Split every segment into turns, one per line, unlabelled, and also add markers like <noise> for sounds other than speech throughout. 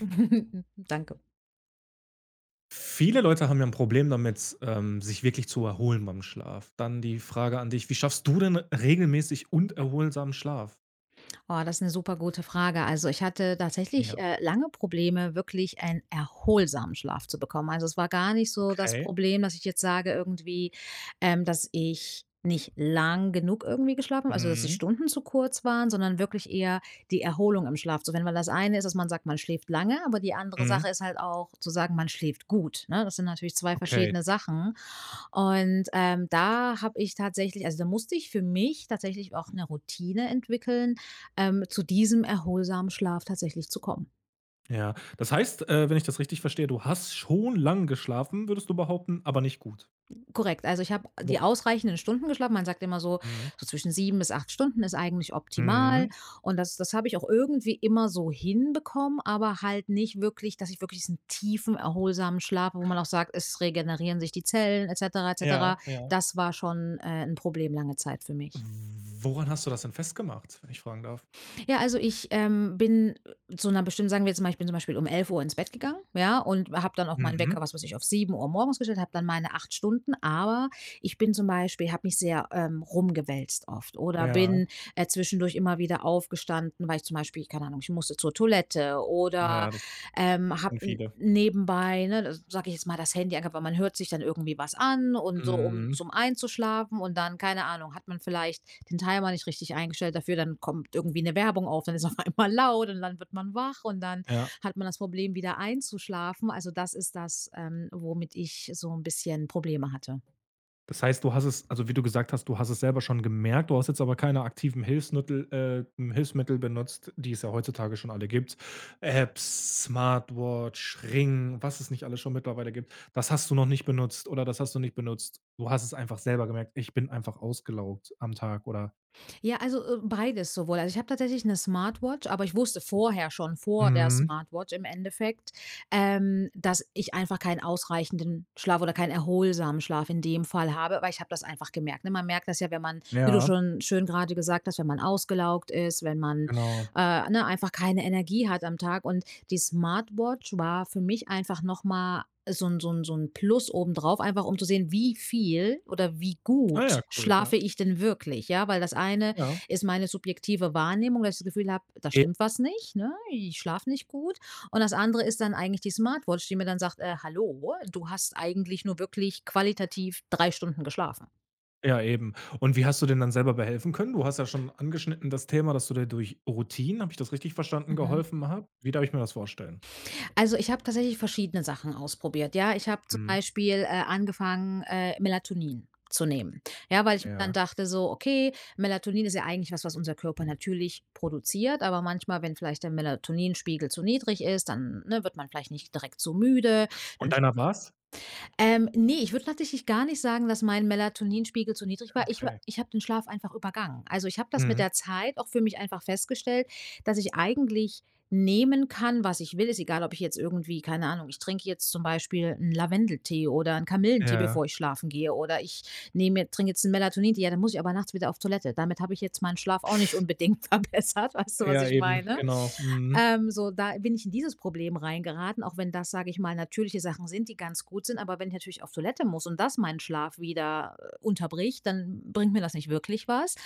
<laughs> Danke.
Viele Leute haben ja ein Problem damit, sich wirklich zu erholen beim Schlaf. Dann die Frage an dich: Wie schaffst du denn regelmäßig und erholsamen Schlaf?
Oh, das ist eine super gute Frage. Also, ich hatte tatsächlich,
Ja,
lange Probleme, wirklich einen erholsamen Schlaf zu bekommen. Also, es war gar nicht so das
okay.
Problem, dass ich jetzt sage irgendwie, dass ich nicht lang genug irgendwie geschlafen habe, also, dass die
Mhm.
Stunden zu kurz waren, sondern wirklich eher die Erholung im Schlaf. So, wenn man das eine ist, dass man sagt, man schläft lange, aber die andere
Mhm.
Sache ist halt auch zu sagen, man schläft gut, ne? Das sind natürlich 2
Okay.
verschiedene Sachen. Und, da habe ich tatsächlich also, da musste ich für mich tatsächlich auch eine Routine entwickeln, zu diesem erholsamen Schlaf tatsächlich zu kommen.
Ja, das heißt, wenn ich das richtig verstehe, du hast schon lang geschlafen, würdest du behaupten, aber nicht gut.
Korrekt. Also ich habe die
Wo
ausreichenden Stunden geschlafen. Man sagt immer so,
mhm.
so zwischen sieben bis acht Stunden ist eigentlich optimal.
Mhm.
Und das habe ich auch irgendwie immer so hinbekommen, aber halt nicht wirklich, dass ich wirklich diesen tiefen, erholsamen Schlaf, wo man auch sagt, es regenerieren sich die Zellen etc. etc.
Ja, ja.
Das war schon ein Problem lange Zeit für mich.
Woran hast du das denn festgemacht, wenn ich fragen darf?
Ja, also ich, bin zu 'ner bestimmten sagen wir jetzt mal, ich bin zum Beispiel um 11 Uhr ins Bett gegangen, ja, und habe dann auch meinen
Mhm.
Wecker, was weiß ich, auf 7 Uhr morgens gestellt, habe dann meine 8 Stunden, aber ich bin zum Beispiel habe mich sehr, rumgewälzt oft oder
Ja,
bin, zwischendurch immer wieder aufgestanden, weil ich zum Beispiel keine Ahnung, ich musste zur Toilette oder,
ja, das kennen
habe
viele.
nebenbei, ne, sage ich jetzt mal, das Handy angehabt, weil man hört sich dann irgendwie was an und so, um
Mhm.
zum Einzuschlafen und dann, keine Ahnung, hat man vielleicht den Timer nicht richtig eingestellt dafür, dann kommt irgendwie eine Werbung auf, dann ist <laughs> auf einmal laut und dann wird man wach und dann
Ja.
hat man das Problem, wieder einzuschlafen. Also, das ist das, womit ich so ein bisschen Probleme hatte.
Das heißt, du hast es also, wie du gesagt hast, du hast es selber schon gemerkt, du hast jetzt aber keine aktiven Hilfsmittel Hilfsmittel benutzt, die es ja heutzutage schon alle gibt. Apps, Smartwatch, Ring, was es nicht alles schon mittlerweile gibt. Das hast du noch nicht benutzt oder das hast du nicht benutzt. Du hast es einfach selber gemerkt: „Ich bin einfach ausgelaugt am Tag“, oder
Ja, also, beides sowohl. Also, ich habe tatsächlich eine Smartwatch, aber ich wusste vorher schon, vor der
Mhm.
Smartwatch im Endeffekt, dass ich einfach keinen ausreichenden Schlaf oder keinen erholsamen Schlaf in dem Fall habe, weil ich habe das einfach gemerkt, ne? Man merkt das ja, wenn man, wie du
Ja,
schon schön gerade gesagt hast, wenn man ausgelaugt ist, wenn man,
genau.
ne, einfach keine Energie hat am Tag. Und die Smartwatch war für mich einfach noch mal so ein so ein Plus obendrauf, einfach um zu sehen, wie viel oder wie
Ah
gut
ja, cool, ja.
schlafe ich denn wirklich, ja? Weil das eine
Ja.
ist meine subjektive Wahrnehmung, dass ich das Gefühl habe, da stimmt was nicht, ne? Ich schlafe nicht gut. Und das andere ist dann eigentlich die Smartwatch, die mir dann sagt, hallo, du hast eigentlich nur wirklich qualitativ 3 Stunden geschlafen.
Ja, eben. Und wie hast du denn dann selber behelfen können? Du hast ja schon angeschnitten das Thema, dass du dir durch Routinen, habe ich das richtig verstanden,
Mhm.
geholfen hat? Wie darf ich mir das vorstellen?
Also ich habe tatsächlich verschiedene Sachen ausprobiert. Ja, ich habe zum
Mhm,
Beispiel angefangen, Melatonin zu nehmen. Ja, weil ich mir dann
ja.
dachte so, okay, Melatonin ist ja eigentlich was, was unser Körper natürlich produziert, aber manchmal, wenn vielleicht der Melatoninspiegel zu niedrig ist, dann ne, wird man vielleicht nicht direkt so müde,
Und
dann
deiner war's?
Ne, ich würde tatsächlich gar nicht sagen, dass mein Melatoninspiegel zu niedrig war.
Okay.
Ich habe den Schlaf einfach übergangen. Also, ich habe das mit
Mhm,
der Zeit auch für mich einfach festgestellt, dass ich eigentlich nehmen kann, was ich will. Ist egal, ob ich jetzt irgendwie keine Ahnung, ich trinke jetzt zum Beispiel einen Lavendeltee oder einen Kamillentee,
ja.
bevor ich schlafen gehe oder ich nehme, jetzt, trinke jetzt ein Melatonin, ja, dann muss ich aber nachts wieder auf Toilette. Damit habe ich jetzt meinen Schlaf auch nicht unbedingt <laughs> verbessert, weißt du, was
Ja,
ich
eben,
meine?
genau. Mhm.
So, da bin ich in dieses Problem reingeraten, auch wenn das, sage ich mal, natürliche Sachen sind, die ganz gut sind, aber wenn ich natürlich auf Toilette muss und das meinen Schlaf wieder unterbricht, dann bringt mir das nicht wirklich was.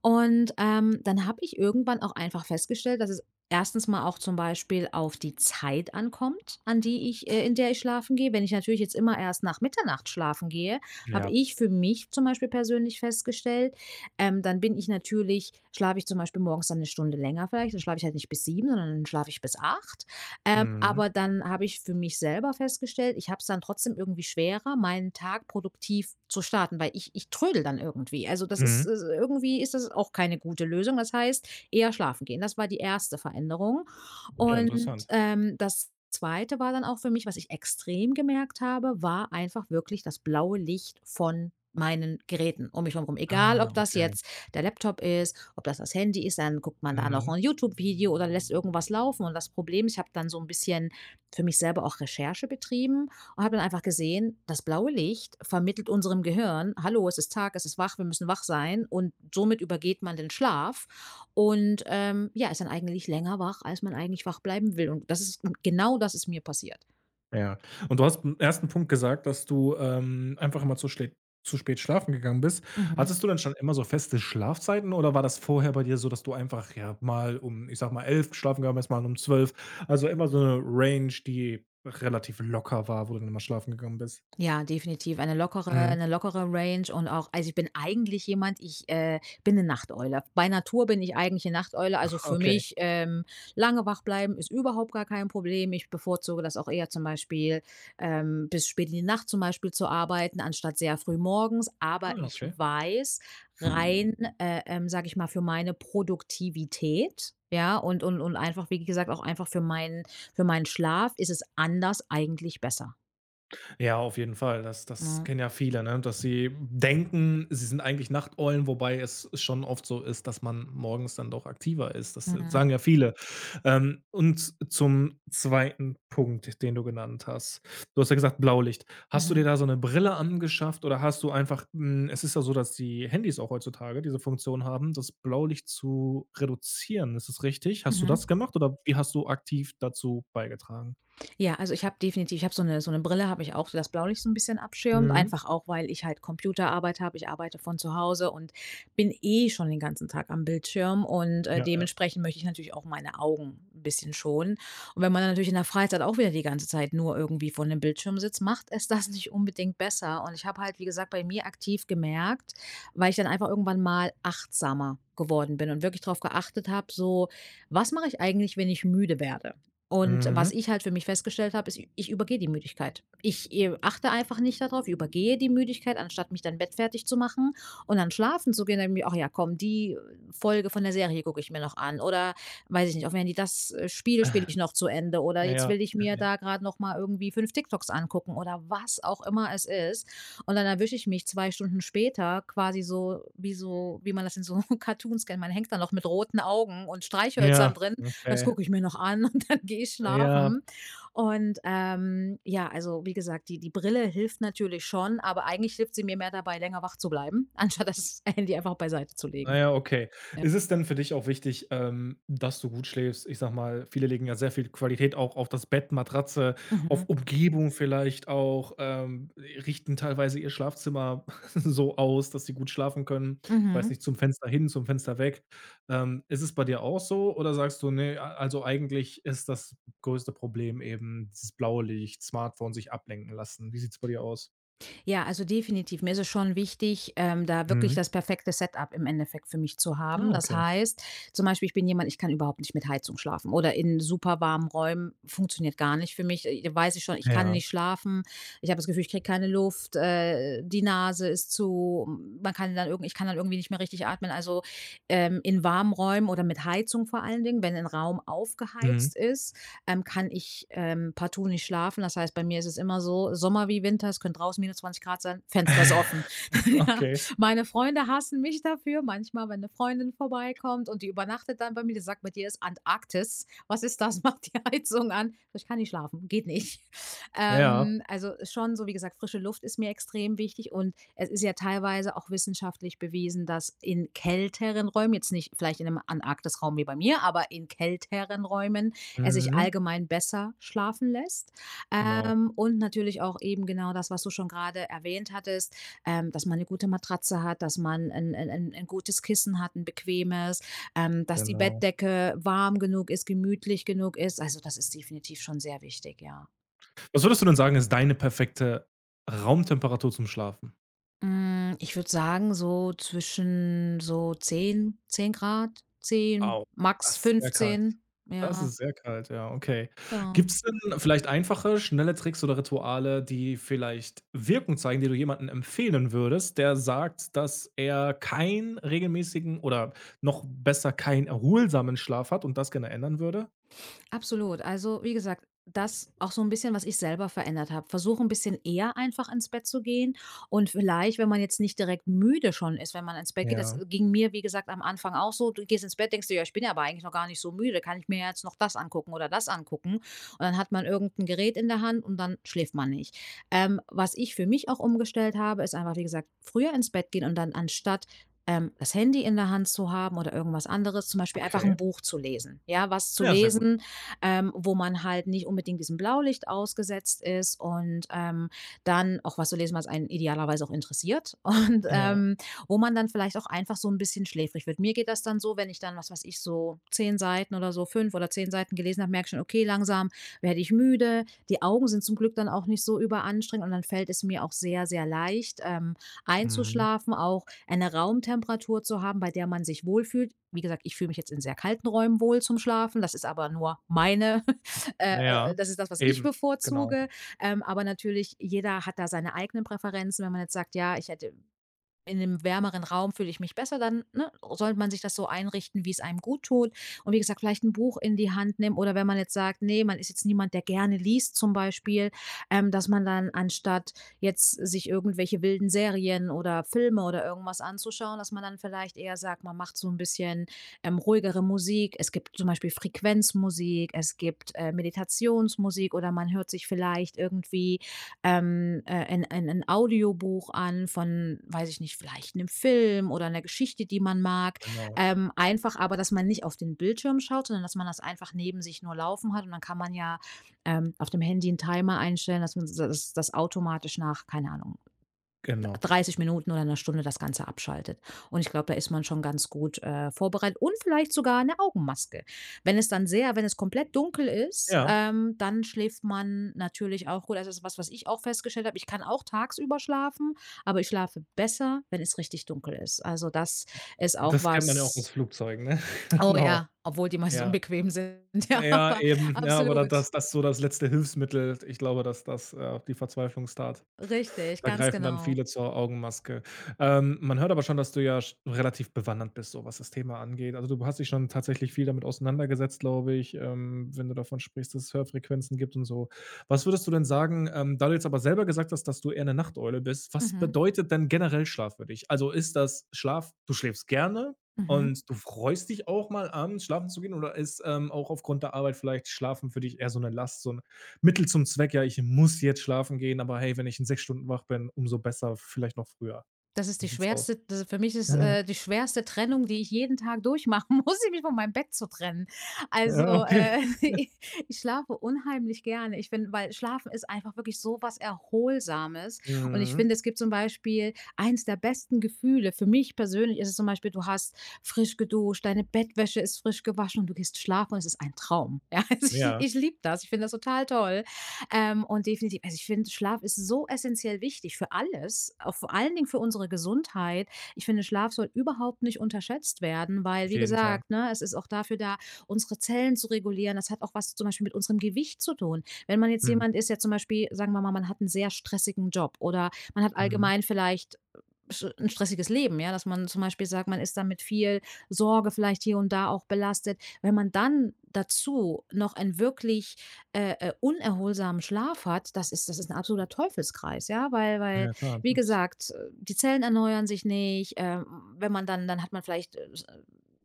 Und dann habe ich irgendwann auch einfach festgestellt, dass es erstens mal auch zum Beispiel auf die Zeit ankommt, an die ich, in der ich schlafen gehe. Wenn ich natürlich jetzt immer erst nach Mitternacht schlafen gehe, habe
Ja.
ich für mich zum Beispiel persönlich festgestellt, dann bin ich natürlich schlafe ich zum Beispiel morgens dann eine Stunde länger vielleicht, dann schlafe ich halt nicht bis 7 sondern dann schlafe ich bis acht.
Mhm.
Aber dann habe ich für mich selber festgestellt, ich habe es dann trotzdem irgendwie schwerer, meinen Tag produktiv zu starten, weil ich trödel dann irgendwie. Also, das ist,
Mhm.
irgendwie ist das auch keine gute Lösung. Das heißt, eher schlafen gehen. Das war die erste Veränderung.
Ja,
Und,
interessant.
das Zweite war dann auch für mich, was ich extrem gemerkt habe, war einfach wirklich das blaue Licht von meinen Geräten um mich herum. Egal,
Ah,
ob das
okay.
jetzt der Laptop ist, ob das das Handy ist, dann guckt man da noch
Mhm.
ein YouTube-Video oder lässt irgendwas laufen. Und das Problem, ich habe dann so ein bisschen für mich selber auch Recherche betrieben und habe dann einfach gesehen, das blaue Licht vermittelt unserem Gehirn: „Hallo, es ist Tag, es ist wach, wir müssen wach sein." Und somit übergeht man den Schlaf. Und, ja, ist dann eigentlich länger wach, als man eigentlich wach bleiben will. Und das ist genau das ist mir passiert.
Ja. Und du hast im 1. Punkt gesagt, dass du, einfach immer zu spät schlafen gegangen bist.
Mhm.
Hattest du denn schon immer so feste Schlafzeiten oder war das vorher bei dir so, dass du einfach, ja, mal um, ich sag mal, 11 schlafen gegangen bist, mal um 12, also immer so eine Range, die relativ locker war, wo du dann immer schlafen gegangen bist?
Ja, definitiv. Eine lockere
Mhm.
Range und auch also, ich bin eigentlich jemand ich, bin eine Nachteule. Bei Natur bin ich eigentlich eine Nachteule. Also, für
Okay.
mich, lange wach bleiben ist überhaupt gar kein Problem. Ich bevorzuge das auch eher zum Beispiel, bis spät in die Nacht zum Beispiel zu arbeiten, anstatt sehr früh morgens.
Ah,
Aber ich
okay.
weiß rein, sage ich mal, für meine Produktivität, ja, und einfach, wie gesagt, auch einfach für meinen Schlaf ist es anders eigentlich besser,
Ja, auf jeden Fall. Das
ne?
kennen ja viele, ne, dass sie denken, sie sind eigentlich Nachteulen, wobei es schon oft so ist, dass man morgens dann doch aktiver ist. Das
Mhm.
sagen ja viele. Und zum zweiten Punkt, den du genannt hast. Du hast ja gesagt, Blaulicht. Hast du dir
Mhm,
da so eine Brille angeschafft oder hast du einfach hm, es ist ja so, dass die Handys auch heutzutage diese Funktion haben, das Blaulicht zu reduzieren. Ist das richtig? Hast du das
mhm.
gemacht oder wie hast du aktiv dazu beigetragen?
Ja, also ich habe definitiv ich habe so eine Brille habe ich auch, die das Blaulicht so ein bisschen abschirmt,
Mhm.
einfach auch, weil ich halt Computerarbeit habe. Ich arbeite von zu Hause und bin eh schon den ganzen Tag am Bildschirm und,
Ja, ja.
dementsprechend möchte ich natürlich auch meine Augen ein bisschen schonen. Und wenn man dann natürlich in der Freizeit auch wieder die ganze Zeit nur irgendwie vor dem Bildschirm sitzt, macht es das nicht unbedingt besser. Und ich habe halt, wie gesagt, bei mir aktiv gemerkt, weil ich dann einfach irgendwann mal achtsamer geworden bin und wirklich drauf geachtet habe, so: „Was mache ich eigentlich, wenn ich müde werde?" Und was
Mhm.
ich halt für mich festgestellt habe, ist, ich übergehe die Müdigkeit. Ich, achte einfach nicht darauf, übergehe die Müdigkeit, anstatt mich dann bettfertig zu machen und dann schlafen zu gehen, dann denke ich mir: „Ach ja, komm, die Folge von der Serie gucke ich mir noch an" oder weiß ich nicht, aufm Handy, das, Spiel spiele ich noch zu Ende oder
Ja,
jetzt will ich
ja,
mir
ja.
da gerade noch mal irgendwie 5 TikToks angucken oder was auch immer es ist. Und dann erwische ich mich 2 Stunden später quasi so wie man das in so <laughs> Cartoons kennt. Man hängt dann noch mit roten Augen und Streichhölzern
Ja,
drin das
okay.
gucke ich mir noch an und dann gehe ich
Na ja,
schlafen. Und, ja, also, wie gesagt, die Brille hilft natürlich schon, aber eigentlich hilft sie mir mehr dabei, länger wach zu bleiben, <laughs> anstatt das Handy einfach beiseite zu
na
legen.
ja, okay.
Ja.
Ist es denn für dich auch wichtig, dass du gut schläfst? Ich sage mal, viele legen ja sehr viel Qualität auch auf das Bett, Matratze,
Mhm,
auf Umgebung vielleicht auch, richten teilweise ihr Schlafzimmer <laughs> so aus, dass sie gut schlafen können. Ich weiß
mhm.
nicht, zum Fenster hin, zum Fenster weg. Ist es bei dir auch so oder sagst du: „Ne, a also eigentlich ist das größte Problem eben dieses blaue Licht, Smartphone, sich ablenken lassen.“ Wie sieht's bei dir aus?
Ja, also definitiv. Mir ist es schon wichtig, da wirklich
Mhm.
das perfekte Setup im Endeffekt für mich zu
Ah,
haben. Das
okay.
heißt, zum Beispiel, ich bin jemand, ich kann überhaupt nicht mit Heizung schlafen oder in super warmen Räumen funktioniert gar nicht für mich. Da weiß ich schon, ich kann
Ja,
nicht schlafen. Ich habe das Gefühl, ich kriege keine Luft. Die Nase ist zu. Man kann dann irgendwie, ich kann dann irgendwie nicht mehr richtig atmen. Also in warmen Räumen oder mit Heizung vor allen Dingen, wenn ein Raum
mhm.
aufgeheizt ist, kann ich partout nicht schlafen. Das heißt, bei mir ist es immer so, Sommer wie Winter, es können draußen minus 20 Grad sein, Fenster ist offen.
<laughs>
<laughs> ja.
Okay,
Meine Freunde hassen mich dafür. Manchmal, wenn eine Freundin vorbeikommt und die übernachtet dann bei mir, die sagt, bei dir ist Antarktis. Was ist das? <laughs> Macht die Heizung an. Ich kann nicht schlafen, geht nicht.
ja.
Also schon, so wie gesagt, frische Luft ist mir extrem wichtig und es ist ja teilweise auch wissenschaftlich bewiesen, dass in kälteren Räumen, jetzt nicht vielleicht in einem Antarktisraum wie bei mir, aber in kälteren Räumen, es sich
Mhm.
allgemein besser schlafen lässt.
Genau,
Und natürlich auch eben genau das, was du schon gerade erwähnt hattest, dass man eine gute Matratze hat, dass man ein gutes Kissen hat, ein bequemes, dass die
genau.
Bettdecke warm genug ist, gemütlich genug ist. Also das ist definitiv schon sehr wichtig, ja.
Was würdest du denn sagen, ist deine perfekte Raumtemperatur zum Schlafen?
Hm, ich würde sagen, so zwischen so zehn Grad, 10,
Au,
max
das ist sehr kalt.
15.
Das
Ja,
ist sehr kalt, ja, okay.
ja.
Gibt's denn vielleicht einfache, schnelle Tricks oder Rituale, die vielleicht Wirkung zeigen, die du jemandem empfehlen würdest, der sagt, dass er keinen regelmäßigen oder noch besser keinen erholsamen Schlaf hat und das gerne ändern würde?
Absolut. Also, wie gesagt, das auch so ein bisschen, was ich selber verändert habe. Versuche ein bisschen eher einfach ins Bett zu gehen und vielleicht, wenn man jetzt nicht direkt müde schon ist, wenn man ins Bett geht, das
Ja,
ging mir, wie gesagt, am Anfang auch so. Du gehst ins Bett, denkst dir: „Ja, ich bin ja aber eigentlich noch gar nicht so müde. Kann ich mir ja jetzt noch das angucken oder das angucken?“ Und dann hat man irgendein Gerät in der Hand und dann schläft man nicht. Was ich für mich auch umgestellt habe, ist einfach, wie gesagt, früher ins Bett gehen und dann anstatt, das Handy in der Hand zu haben oder irgendwas anderes, zum Beispiel einfach
okay.
ein Buch zu lesen. Ja, was zu
Ja, sehr gut.
lesen, wo man halt nicht unbedingt diesem Blaulicht ausgesetzt ist, und dann auch was zu lesen, was einen idealerweise auch interessiert <laughs> und,
Ja.
ähm, wo man dann vielleicht auch einfach so ein bisschen schläfrig wird. Mir geht das dann so, wenn ich dann, was weiß ich, so 10 Seiten oder so, 5 oder 10 Seiten gelesen habe, merke ich schon: „Okay, langsam werde ich müde.“ Die Augen sind zum Glück dann auch nicht so überanstrengend und dann fällt es mir auch sehr, sehr leicht,
Mhm.
einzuschlafen, auch eine Raumtemperatur zu haben, bei der man sich wohlfühlt. Wie gesagt, ich fühle mich jetzt in sehr kalten Räumen wohl zum Schlafen. Das ist aber nur meine, <laughs> äh,
Ja,
das ist das, was ich
eben. Genau,
bevorzuge. Aber natürlich, jeder hat da seine eigenen Präferenzen. Wenn man jetzt sagt, ja, ich hätte in einem wärmeren Raum, fühle ich mich besser, dann, ne, sollte man sich das so einrichten, wie es einem gut tut. Und wie gesagt, vielleicht ein Buch in die Hand nehmen oder wenn man jetzt sagt: „Nee, man ist jetzt niemand, der gerne liest“, zum Beispiel, dass man dann anstatt jetzt sich irgendwelche wilden Serien oder Filme oder irgendwas anzuschauen, dass man dann vielleicht eher sagt, man macht so ein bisschen, ruhigere Musik. Es gibt zum Beispiel Frequenzmusik, es gibt, Meditationsmusik, oder man hört sich vielleicht irgendwie ein Audiobuch an von, weiß ich nicht, vielleicht einem Film oder einer Geschichte, die man mag.
genau,
Einfach aber, dass man nicht auf den Bildschirm schaut, sondern dass man das einfach neben sich nur laufen hat. Und dann kann man ja auf dem Handy einen Timer einstellen, dass man das, das automatisch nach, keine Ahnung,
genau.
30 Minuten oder 'ner Stunde das Ganze abschaltet. Und ich glaube, da ist man schon ganz gut, vorbereitet, und vielleicht sogar eine Augenmaske. Wenn es komplett dunkel ist,
Ja,
dann schläft man natürlich auch gut. Also, das ist was, was ich auch festgestellt habe. Ich kann auch tagsüber schlafen, aber ich schlafe besser, wenn es richtig dunkel ist. Also, das ist auch
das kennt man ja auch aus
was.
Flugzeugen, ne? <laughs>
Oh
Genau,
ja, obwohl die meistens
ja.
unbequem sind, <laughs> ja,
Ja,
aber
eben, ja, aber da
absolut.
das ist so das letzte Hilfsmittel. Ich glaube, dass das, die Verzweiflungstat
Richtig,
Da
ganz
greifen dann
genau.
viele zur Augenmaske. Man hört aber schon, dass du ja sch relativ bewandert bist, so was das Thema angeht. Also, du hast dich schon tatsächlich viel damit auseinandergesetzt, glaube ich, wenn du davon sprichst, dass es Hörfrequenzen gibt und so. Was würdest du denn sagen, da du jetzt aber selber gesagt hast, dass du eher eine Nachteule bist, was
Mhm.
bedeutet denn generell Schlaf für dich? Also, ist das Schlaf du schläfst gerne
Mhm.
und du freust dich auch mal abends schlafen zu gehen oder ist, auch aufgrund der Arbeit vielleicht Schlafen für dich eher so eine Last, so 'n Mittel zum Zweck, ja, ich muss jetzt schlafen gehen, aber hey, wenn ich in 6 Stunden wach bin, umso besser, vielleicht noch früher. Wie sieht's aus?
Das ist für mich ist,
<laughs>
die schwerste Trennung, die ich jeden Tag durchmachen muss, <laughs> mich von meinem Bett zu trennen.
Ja,
Also,
okay.
<laughs> ich schlafe unheimlich gerne. Ich finde, weil Schlafen ist einfach wirklich so was Erholsames. Und ich
Mhm.
finde, es gibt zum Beispiel, eins der besten Gefühle für mich persönlich ist es zum Beispiel, du hast frisch geduscht, deine Bettwäsche ist frisch gewaschen und du gehst schlafen und es ist ein Traum. <laughs> Ja, also ich
Ja,
ich liebe das. Ich finde das total toll. Und definitiv, also ich finde, Schlaf ist so essentiell wichtig für alles, auch vor allen Dingen für unsere Gesundheit. Ich finde, Schlaf soll überhaupt nicht unterschätzt werden, weil,
auf
wie
jeden Fall.
gesagt, ne, es ist auch dafür da, unsere Zellen zu regulieren. Das hat auch was zum Beispiel mit unserem Gewicht zu tun. Wenn man jetzt
Mhm.
jemand ist, der zum Beispiel, sagen wir mal, man hat einen sehr stressigen Job oder man hat
Mhm.
allgemein vielleicht ein stressiges Leben, ja, dass man zum Beispiel sagt, man ist dann mit viel Sorge vielleicht hier und da auch belastet. Wenn man dann dazu noch ein wirklich unerholsamen Schlaf hat, das ist, das ist ein absoluter Teufelskreis, ja, weil,
Ja klar.
wie
Das-
gesagt, die Zellen erneuern sich nicht, wenn man dann, dann hat man vielleicht, s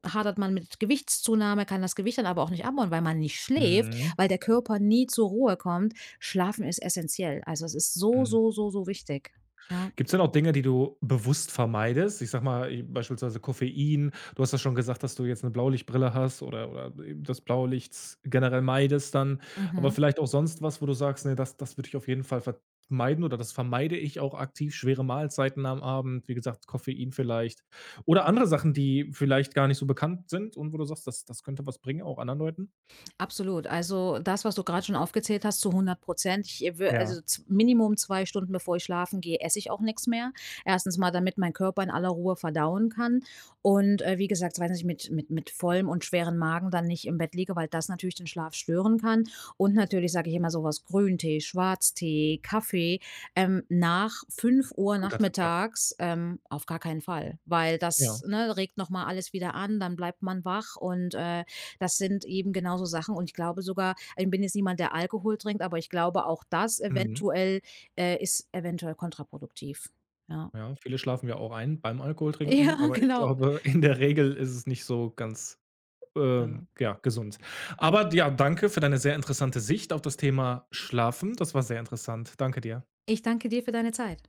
hadert man mit Gewichtszunahme, kann das Gewicht dann aber auch nicht abbauen, weil man nicht schläft,
Mhm.
weil der Körper nie zur Ruhe kommt. Schlafen ist essentiell. Also, es ist so,
Mhm.
so, so, so wichtig. Ja.
Gibt es denn auch Dinge, die du bewusst vermeidest? Ich sage mal, i beispielsweise Koffein. Du hast ja schon gesagt, dass du jetzt eine Blaulichtbrille hast oder eben das Blaulicht generell meidest dann. Aber
Mhm.
vielleicht auch sonst was, wo du sagst: „Nee, das würde ich auf jeden Fall vermeiden oder das vermeide ich auch aktiv, schwere Mahlzeiten am Abend.“ Wie gesagt, Koffein vielleicht. Oder andere Sachen, die vielleicht gar nicht so bekannt sind und wo du sagst: Das könnte was bringen, auch anderen Leuten?“
Absolut. Also das, was du gerade schon aufgezählt hast, zu 100%. Ich,
Ja.
Minimum 2 Stunden bevor ich schlafen gehe, esse ich auch nichts mehr. Erstens mal, damit mein Körper in aller Ruhe verdauen kann. Und wie gesagt, weiß nicht, mit vollem und schweren Magen dann nicht im Bett liege, weil das natürlich den Schlaf stören kann. Und natürlich sage ich immer sowas, Grüntee, Schwarztee, Kaffee, nach 5 Uhr
Guter Tipp, ja.
nachmittags, auf gar keinen Fall, weil
Ja.
das, ne, regt nochmal alles wieder an, dann bleibt man wach und das sind eben genau so Sachen. Und ich glaube sogar, ich bin jetzt niemand, der Alkohol trinkt, aber ich glaube, auch das
Mhm.
eventuell ist eventuell kontraproduktiv. Ja.
Ja,
<laughs>
viele schlafen ja auch ein beim Alkoholtrinken,
Ja,
aber ich
genau.
glaube, <laughs> in der Regel ist es nicht so ganz,
Ja.
ja, gesund.
Ja.
Aber ja, danke für deine sehr interessante Sicht auf das Thema Schlafen. Das war sehr interessant. Danke dir.
Ich danke dir für deine Zeit.